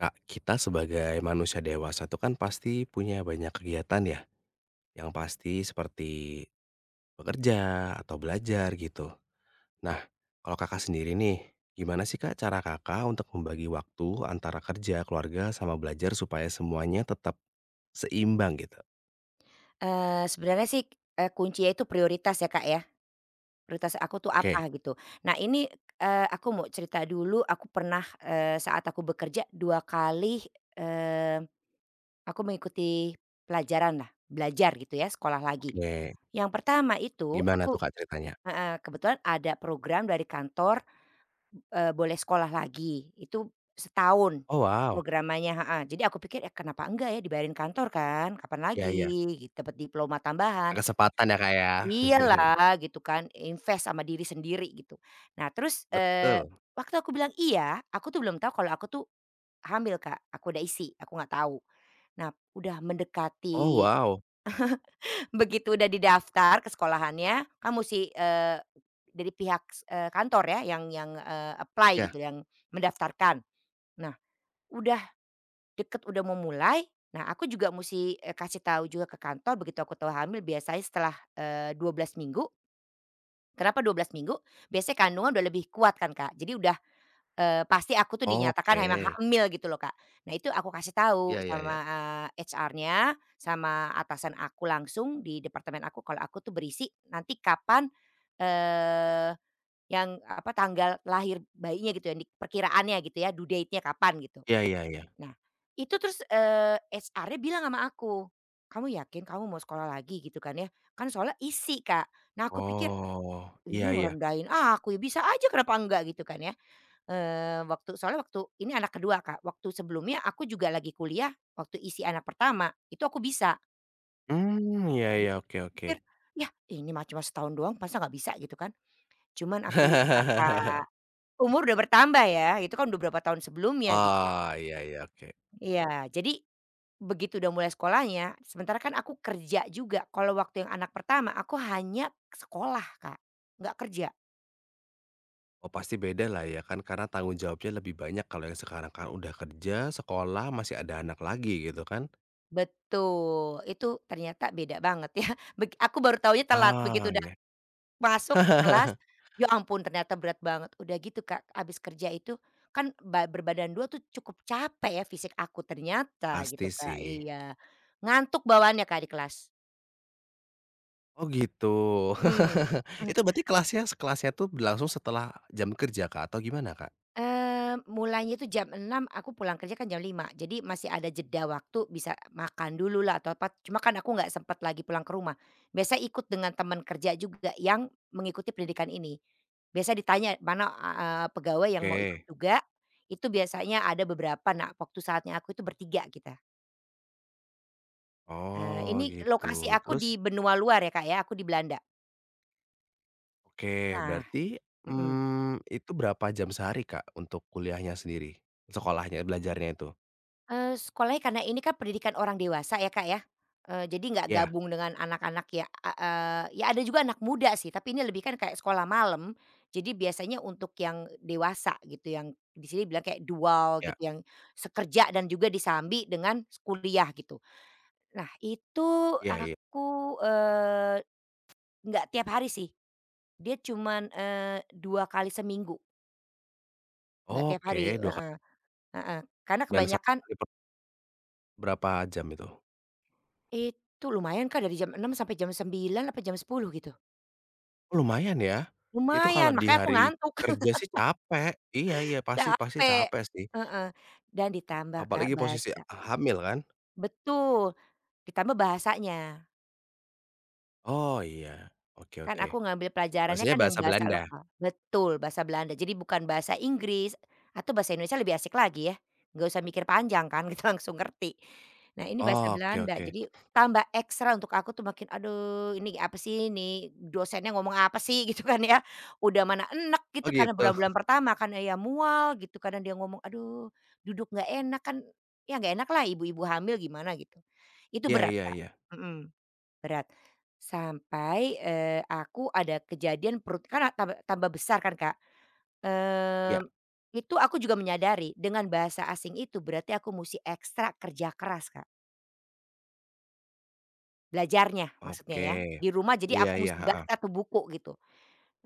Kak, kita sebagai manusia dewasa itu kan pasti punya banyak kegiatan ya, yang pasti seperti bekerja atau belajar gitu. Nah, kalau Kakak sendiri nih, gimana sih Kak cara Kakak untuk membagi waktu antara kerja, keluarga, sama belajar supaya semuanya tetap seimbang gitu? Sebenarnya sih, kuncinya itu prioritas ya, Kak, ya. Prioritas aku tuh apa Oke, gitu. Nah ini, aku mau cerita dulu aku pernah, saat aku bekerja 2 kali, eee, aku mengikuti pelajaran lah, belajar gitu ya, sekolah lagi. oke, Yang pertama itu gimana tuh aku, Kak ceritanya? heeh, kebetulan ada program dari kantor, boleh sekolah lagi, itu setahun Oh wow, programannya, heeh. Jadi aku pikir, "Eh, kenapa enggak ya dibayarin kantor kan, kapan iya, lagi iya, gitu, dapat diploma tambahan." kesempatan ya Kak ya? Iyalah gitu kan, invest sama diri sendiri gitu. Nah terus, Betul. waktu aku bilang iya, aku tuh belum tahu kalau aku tuh hamil, Kak. Aku udah isi, aku nggak tahu. Nah udah Oh mendekati wow, begitu udah didaftar ke sekolahannya, kan musti, dari pihak kantor ya yang apply iya, gitu, yang mendaftarkan. Nah udah deket, udah mau mulai, nah aku juga musti, kasih tahu juga ke kantor begitu aku tahu hamil biasanya setelah, 12 minggu. Kenapa 12 minggu? Biasanya kandungan udah lebih kuat kan, Kak. Jadi udah, pasti aku tuh dinyatakan oke. emang hamil gitu loh, Kak. Nah itu aku kasih Iya, tahu iya, sama, iya. HR-nya, sama atasan aku langsung di departemen aku kalau aku tuh berisi nanti kapan, eee, yang apa, tanggal lahir bayinya gitu yang di perkiraannya gitu ya, due date-nya kapan gitu. Iya, iya, iya. Nah itu terus, HR-nya bilang sama aku, "Kamu yakin kamu mau sekolah lagi?" Gitu kan ya, kan soalnya isi, Kak. Nah aku pikir Oh, ini iya, iya. ngerendahin aku ya, bisa aja kenapa enggak gitu kan ya. Waktu soalnya waktu ini anak kedua, Kak. Waktu sebelumnya aku juga lagi kuliah, waktu isi anak pertama, itu aku bisa. Mmm, iya, Jadi iya, oke, oke. pikir, "Yah ini mah cuma setahun doang masa nggak bisa?" Gitu kan. Cuman aku lupa, Kak, umur udah bertambah ya, itu kan udah berapa tahun sebelumnya gitu. Oh, iya, iya, oke. Iya, jadi begitu udah mulai sekolahnya, sementara kan aku kerja juga, kalau waktu yang anak pertama aku hanya sekolah, Kak, nggak kerja. Oh, pasti beda lah ya kan karena tanggung jawabnya lebih banyak kalau yang sekarang kan udah kerja, sekolah, masih ada anak lagi gitu kan. Betul, itu ternyata beda banget ya. Aku baru taunya telat, Ah, begitu udah iya. masuk kelas, ya ampun ternyata berat banget. Udah gitu Kak, abis kerja itu kan berbadan 2 tuh cukup capek ya fisik aku ternyata gitu Pasti Kak, sih. iya. Ngantuk bawaannya Kak di kelas, Oh, gitu. mhm. Itu berarti kelasnya kelasnya tuh berlangsung setelah jam kerja, Kak, atau gimana, Kak? Mulainya itu jam 6, aku pulang kerja kan jam 5, jadi masih ada jeda waktu bisa makan dulu lah atau apa cuma kan aku nggak sempat lagi pulang ke rumah. Biasa ikut dengan teman kerja juga yang mengikuti pendidikan ini. Biasa ditanya mana, pegawai yang mau ikut Oke. juga, itu biasanya ada beberapa nah waktu saatnya aku itu bertiga kita. Oh, Ini gitu. lokasi aku Terus? di benua luar ya Kak ya, aku di Belanda. Oke, Nah, berarti, mhm. mmm, itu berapa jam sehari, Kak, untuk kuliahnya sendiri? Sekolahnya, belajarnya itu? Sekolahnya karena ini kan pendidikan orang dewasa ya, Kak, ya, jadi nggak Iya, gabung dengan anak-anak ya, ya ada juga anak muda sih, tapi ini lebih kan kayak sekolah malam, jadi biasanya untuk yang dewasa gitu, yang di sini bilang kayak dual iya, gitu, yang sekerja dan juga disambi dengan kuliah gitu. Nah itu iya, iya. aku, nggak tiap hari sih, dia cuman, 2 kali seminggu, nggak tiap Oke, hari, dua kali heeh, heeh, karena dan satu kebanyakan. kali per berapa jam itu? Itu lumayan Kak dari jam 6 sampai jam 9 apa jam 10 gitu? Oh, lumayan ya. Itu kalau Lumayan, di makanya aku hari ngantuk. kerja sih capek. Iya, iya, pasti, pasti Capek, capek sih. heeh, dan ditambah Kak Apalagi posisi bahasa, hamil kan? betul, ditambah bahasanya. Oh, iya. Oke, Kan oke. aku ngambil pelajarannya Bahasanya kan yang bahasa bahasa Belanda? lokal betul, bahasa Belanda. Jadi bukan bahasa Inggris atau bahasa Indonesia lebih asik lagi ya, nggak usah mikir panjang kan kita langsung ngerti. Nah ini bahasa Oh, oke, Belanda oke. jadi tambah ekstra untuk aku tuh makin, "Aduh ini apa sih ini dosennya ngomong apa sih?" Gitu kan ya. Udah mana enak Oh, gitu karena gitu. bulan-bulan pertama kan ya mual gitu karena dia ngomong, aduh duduk nggak enak kan, ya nggak enak lah ibu-ibu hamil gimana gitu. Itu Iya, berat, iya, Kak, iya. mhm. Berat. Sampai, aku ada kejadian perut kan a tambah tambah besar kan, Kak. Iya, Mmm, itu aku juga menyadari dengan bahasa asing itu berarti aku mesti ekstra kerja keras, Kak. Belajarnya maksudnya oke. ya. Di rumah jadi Iya, aku iya, mesti heeh. baca tuh buku gitu.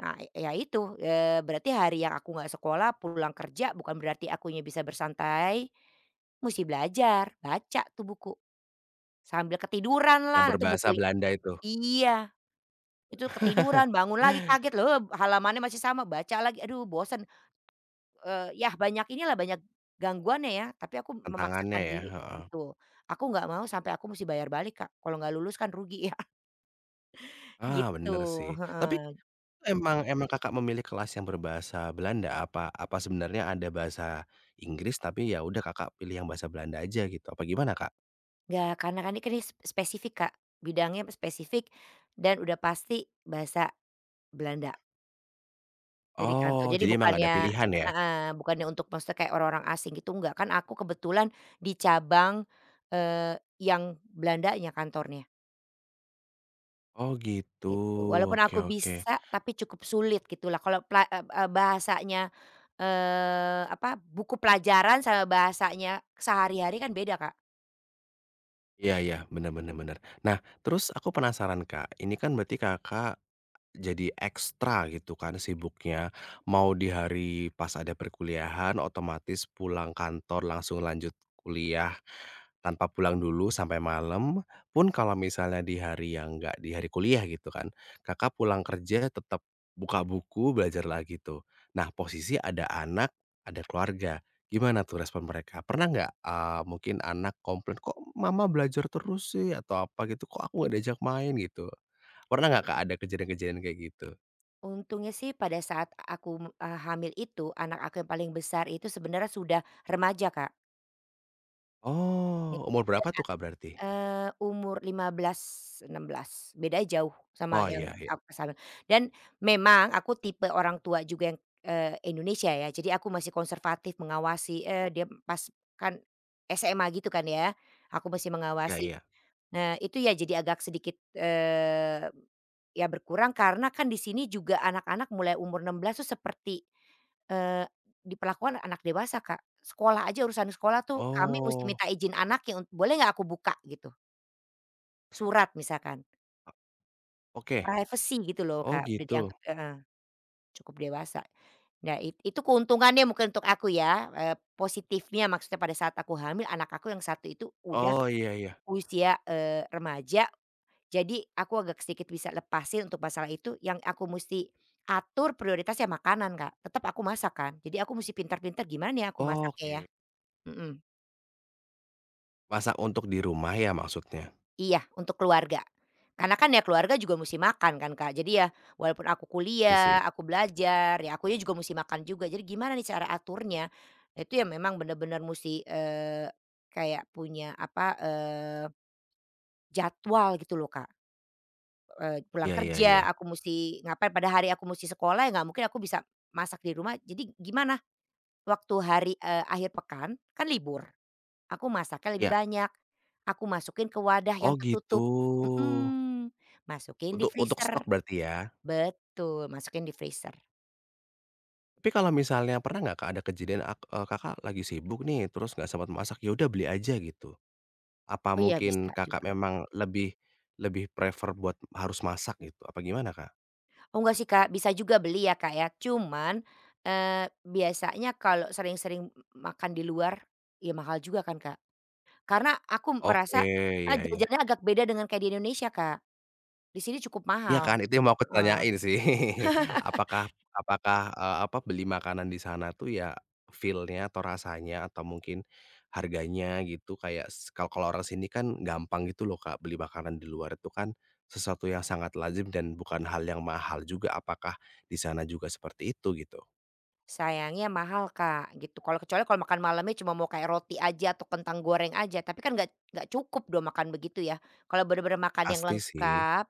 Nah, ya itu, berarti hari yang aku nggak sekolah pulang kerja bukan berarti akunya bisa bersantai, mesti belajar, baca tuh buku. Sambil ketiduran Yang lah nanti berbahasa buku, Belanda itu? iya. Itu ketiduran, bangun lagi kaget, "Loh halamannya masih sama," baca lagi, aduh bosen, yah banyak inilah, banyak gangguannya ya, tapi aku Tantangannya memaksakan ya, diri, heeh. betul, aku nggak mau sampai aku mesti bayar balik, Kak, kalau nggak lulus kan rugi ya. Ah, Gitu, bener sih. Tapi heeh. emang emang Kakak memilih kelas yang berbahasa Belanda? Apa apa sebenarnya ada bahasa Inggris, tapi ya udah Kakak pilih yang bahasa Belanda aja gitu, apa gimana, Kak? Nggak, karena kan ini kan spesifik, Kak, bidangnya spesifik dan udah pasti bahasa Belanda dari kantor. Oh, Jadi jadi emang nggak ada bukannya, pilihan ya? heeh, bukannya untuk maksudnya kayak orang-orang asing gitu, enggak, kan aku kebetulan di cabang, yang Belandanya kantornya. Oh, gitu. Gitu, walaupun Oke, aku oke. bisa tapi cukup sulit gitulah kalau bahasanya, apa, buku pelajaran sama bahasanya sehari-hari kan beda, Kak. Iya, iya, bener, bener, Mhm. bener. Nah, terus aku penasaran, Kak, ini kan berarti Kakak jadi ekstra gitu kan sibuknya, mau di hari pas ada perkuliahan otomatis pulang kantor langsung lanjut kuliah tanpa pulang dulu sampai malam, pun kalau misalnya di hari yang nggak di hari kuliah gitu kan, Kakak pulang kerja tetap buka buku belajar lagi tuh. Nah, posisi ada anak, ada keluarga, gimana tuh respon mereka? Pernah nggak, mungkin anak komplain, "Kok mama belajar terus sih?" Atau apa gitu, "Kok aku nggak diajak main?" Gitu. Pernah nggak, Kak, ada kejadian-kejadian kayak gitu? Untungnya sih pada saat aku, hamil itu anak aku yang paling besar itu sebenarnya sudah remaja, Kak. Iya. Oh, umur berapa tuh, Kak, berarti? Umur 15, 16, bedanya jauh sama Oh, yang iya, iya. aku ke sana. Dan memang aku tipe orang tua juga yang, Indonesia ya, jadi aku masih konservatif mengawasi, dia pas kan SMA gitu kan ya, aku masih Iya, mengawasi. iya. Nah itu ya jadi agak sedikit, ya berkurang karena kan di sini juga anak-anak mulai umur 16 tuh seperti, eee, diperlakukan anak dewasa, Kak. Sekolah aja urusan sekolah tuh kami mesti Oh, minta izin anaknya, "Boleh nggak aku buka?" Gitu. Surat misalkan, oke. privacy gitu loh Oh, Kak, udah gitu. dianggap heeh, cukup dewasa. Nah itu keuntungannya mungkin untuk aku ya, positifnya maksudnya pada saat aku hamil anak aku yang satu itu udah Oh, iya, iya. usia, remaja, jadi aku agak sedikit bisa lepasin untuk masalah itu, yang aku musti atur prioritas ya makanan Kak, tetap aku masak kan, jadi aku musti pintar-pintar gimana ya aku masaknya ya? Oke. Mhm. Masak untuk di rumah ya maksudnya? Iya, untuk keluarga. Karena kan ya keluarga juga mesti makan kan, Kak. Jadi ya walaupun aku Iya sih. kuliah, aku belajar, ya akunya juga mesti makan juga. Jadi gimana nih cara aturnya? Nah, itu ya memang benar-benar mesti kayak punya apa, jadwal gitu loh, Kak. Pulang Iya, iya, iya. kerja aku mesti ngapain, pada hari aku mesti sekolah ya nggak mungkin aku bisa masak di rumah. Jadi gimana waktu hari, akhir pekan, kan libur. Aku masaknya lebih Iya. banyak, aku masukin ke wadah Oh, yang gitu. tertutup. Mhm, masukin di Untuk stok freezer, berarti ya? betul, masukin di freezer. Tapi kalau misalnya pernah nggak, Kak, ada kejadian Kakak lagi sibuk nih, terus nggak sempat masak, ya udah beli aja gitu? Apa Oh iya mungkin bisa Kakak juga. memang lebih lebih prefer buat harus masak gitu, apa gimana, Kak? Oh enggak sih Kak, bisa juga beli ya Kak ya, cuman, biasanya kalau sering-sering makan di luar, ya mahal juga kan Kak? Karena aku Oke, merasa, iya, iya. jajannya agak beda dengan kayak di Indonesia Kak, di sini cukup Iya kan, mahal. itu yang mau aku Heeh. tanyain sih. Apakah apakah, eee, apa, beli makanan di sana tuh ya feel-nya atau rasanya atau mungkin harganya gitu kayak s kalau kalau orang sini kan gampang gitu loh, Kak, beli makanan di luar itu kan sesuatu yang sangat lazim dan bukan hal yang mahal juga. Apakah di sana juga seperti itu gitu? Sayangnya mahal, Kak, gitu. Kalau kecuali kalau makan malamnya cuma mau kayak roti aja atau kentang goreng aja, tapi kan nggak cukup dong makan begitu ya. Kalau bener-bener makan yang Pasti sih. lengkap,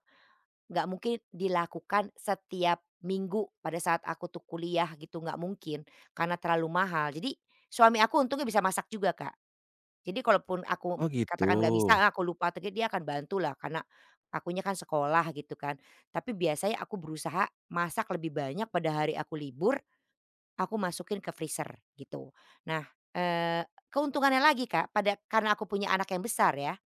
nggak mungkin dilakukan setiap minggu pada saat aku tuh kuliah gitu, nggak mungkin, karena terlalu mahal. Jadi suami aku untungnya bisa masak juga, Kak. Jadi kalaupun Oh aku gitu? katakan nggak bisa, ah, aku lupa, tapi dia akan bantu lah karena akunya kan sekolah gitu kan. Tapi biasanya aku berusaha masak lebih banyak pada hari aku libur. Aku masukin ke freezer gitu. Nah, keuntungannya lagi Kak pada karena aku punya anak yang besar ya,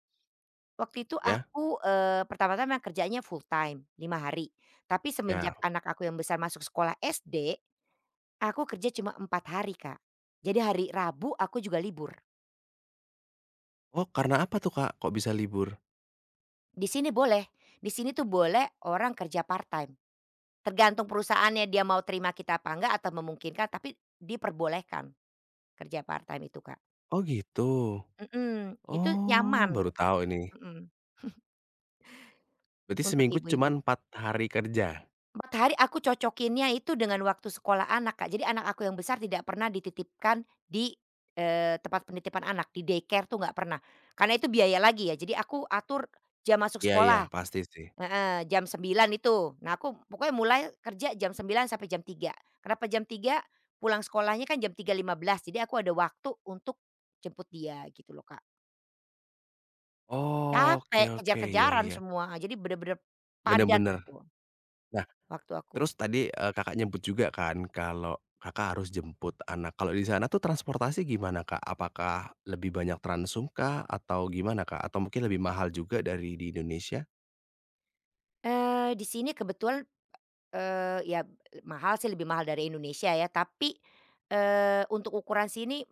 waktu itu Ya, aku, pertama-tama kerjanya full time 5 hari, tapi semenjak ya. anak aku yang besar masuk sekolah SD, aku kerja cuma 4 hari Kak. Jadi hari Rabu aku juga libur. Oh karena apa tuh, Kak, kok bisa libur? Di sini boleh, di sini tuh boleh orang kerja part time, tergantung perusahaannya dia mau terima kita apa enggak atau memungkinkan tapi diperbolehkan kerja part time itu Kak. Oh gitu? Mhm, itu Oh, nyaman, baru tahu ini. mhm. Berarti Untuk seminggu ibu-ibu. cuman 4 hari kerja? 4 hari aku cocokinnya itu dengan waktu sekolah anak, Kak. Jadi anak aku yang besar tidak pernah dititipkan di, tempat penitipan anak, di daycare tuh nggak pernah. Karena itu biaya lagi ya, jadi aku atur jam masuk Iya, iya, sekolah, pasti sih. heeh, jam 9 itu. Nah aku pokoknya mulai kerja jam 9 sampai jam 3. Kenapa jam 3? Pulang sekolahnya kan jam 3.15, jadi aku ada waktu untuk jemput dia gitu loh, Kak. Oke, Capek, oke, iya, kejar-kejaran iya, semua, jadi bener-bener bener, padat bener. gitu Nah, waktu aku. terus tadi, Kakak nyebut juga kan kalau Kakak harus jemput anak. Kalau di sana tuh transportasi gimana, Kak? Apakah lebih banyak Transum kah atau gimana, Kak? Atau mungkin lebih mahal juga dari di Indonesia? Di sini kebetulan, ya mahal sih, lebih mahal dari Indonesia ya, tapi, untuk ukuran sini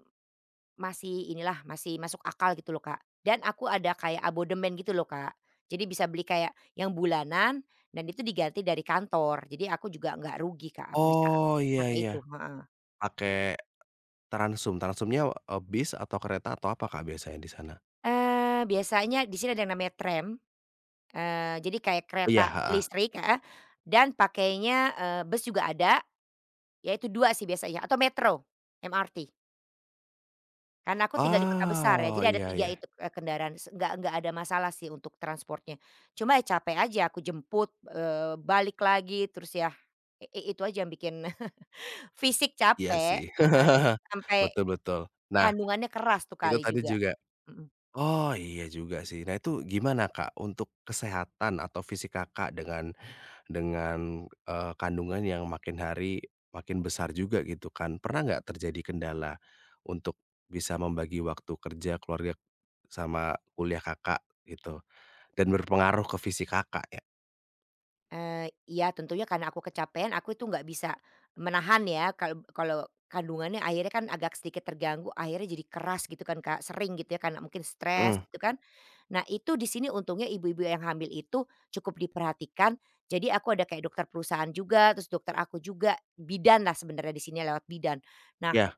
masih inilah, masih masuk akal gitu loh, Kak. Dan aku ada kayak abodemen gitu loh, Kak. Jadi bisa beli kayak yang bulanan dan itu diganti dari kantor. Jadi aku juga nggak rugi, Kak, aku bisa Oh, iya, pakai iya, itu, heeh. pakai Transum. Transumnya, bis atau kereta atau apa, Kak, biasanya di sana? Biasanya di sini ada yang namanya tram, jadi kayak kereta Iya, heeh. listrik, heeh, dan pakainya, bus juga ada, ya itu 2 sih biasanya atau metro, MRT. Karena aku tinggal di kota besar ya, Oh, jadi ada iya, 3 iya. itu, kendaraan, se nggak ada masalah sih untuk transportnya. Cuma ya capek aja aku jemput, balik lagi terus ya, i itu aja yang bikin fisik Iya capek, sih. heeh, sampai Betul, betul. Nah, kandungannya keras tuh itu kali tadi juga. juga Mhm. oh, iya juga sih. Nah, itu gimana, Kak, untuk kesehatan atau fisik Kakak dengan kandungan yang makin hari makin besar juga gitu kan. Pernah nggak terjadi kendala untuk bisa membagi waktu kerja, keluarga, sama kuliah Kakak gitu dan berpengaruh ke fisik Kakak ya? Iya tentunya karena aku kecapean aku itu nggak bisa menahan ya kalau kalau kandungannya akhirnya kan agak sedikit terganggu akhirnya jadi keras gitu kan Kak, sering gitu ya karena mungkin stres Mhm, gitu kan. Nah itu di sini untungnya ibu-ibu yang hamil itu cukup diperhatikan, jadi aku ada kayak dokter perusahaan juga terus dokter aku juga, bidan lah sebenarnya di sini lewat bidan. Nah, ya,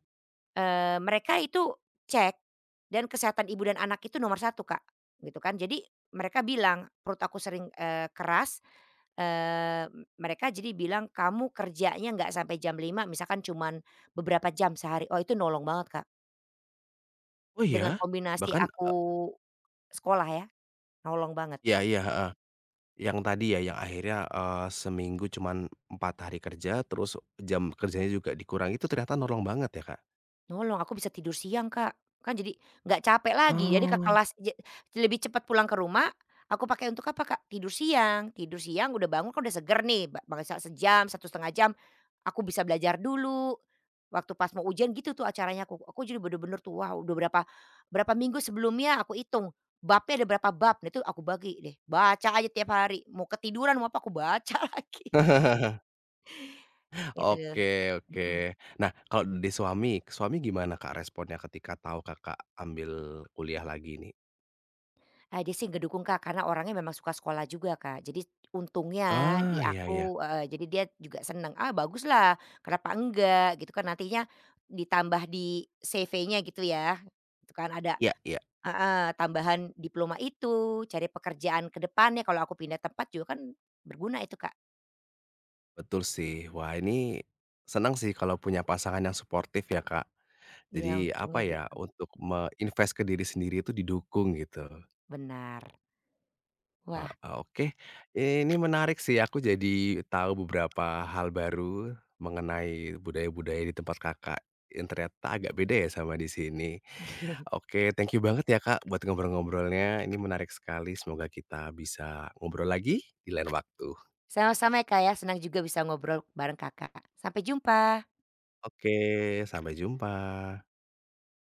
mereka itu cek dan kesehatan ibu dan anak itu nomor satu Kak, gitu kan. Jadi mereka bilang perut aku sering, keras. Eee, mereka jadi bilang, "Kamu kerjanya nggak sampai jam 5, misalkan cuman beberapa jam sehari." Oh, itu nolong banget, Kak, oh, iya? dengan kombinasi Bahkan, aku sekolah ya, nolong banget. ya. Iya, heeh. Yang tadi ya, yang akhirnya, seminggu cuman 4 hari kerja, terus jam kerjanya juga dikurangi, itu ternyata nolong banget ya, Kak? Nolong, aku bisa tidur siang, Kak. Kan jadi nggak capek lagi, jadi ke Oh. kelas lebih cepat pulang ke rumah, aku pakai untuk apa, Kak? Tidur siang. Tidur siang udah bangun kan udah seger nih, bangsa sejam, 1,5 jam, aku bisa belajar dulu. Waktu pas mau ujian gitu tuh acaranya aku. Aku jadi bener-bener tuh, wow, udah berapa berapa minggu sebelumnya aku hitung, babnya ada berapa bab, nah itu aku bagi deh. Baca aja tiap hari, mau ketiduran mau apa, aku baca lagi, gitu. Oke, oke. Mhm. Nah, kalau di suami gimana, Kak, responnya ketika tahu Kakak ambil kuliah lagi nih? Ah, dia sih ngedukung, Kak, karena orangnya memang suka sekolah juga, Kak. Jadi untungnya Ah, di iya, iya. aku, heeh, jadi dia juga seneng, "Ah, baguslah, kenapa enggak?" Gitu kan nantinya ditambah di CV-nya gitu ya, itu kan ada Iya, iya, heeh, tambahan diploma itu, cari pekerjaan ke depannya kalau aku pindah tempat juga kan berguna itu, Kak. betul sih. Wah, ini senang sih kalau punya pasangan yang suportif ya, Kak. Ya Jadi, untungnya apa ya, gitu. untuk me invest ke diri sendiri itu didukung gitu. Benar. Wah, Heeh, oke. Ini menarik sih, aku jadi tahu beberapa hal baru mengenai budaya-budaya di tempat Kakak yang ternyata agak beda ya sama di sini. Oke, thank you banget ya Kak buat ngobrol-ngobrolnya, ini menarik sekali. Semoga kita bisa ngobrol lagi di lain waktu. sama-sama ya, Kak, ya, senang juga bisa ngobrol bareng Kakak. Sampai jumpa. Oke, sampai jumpa.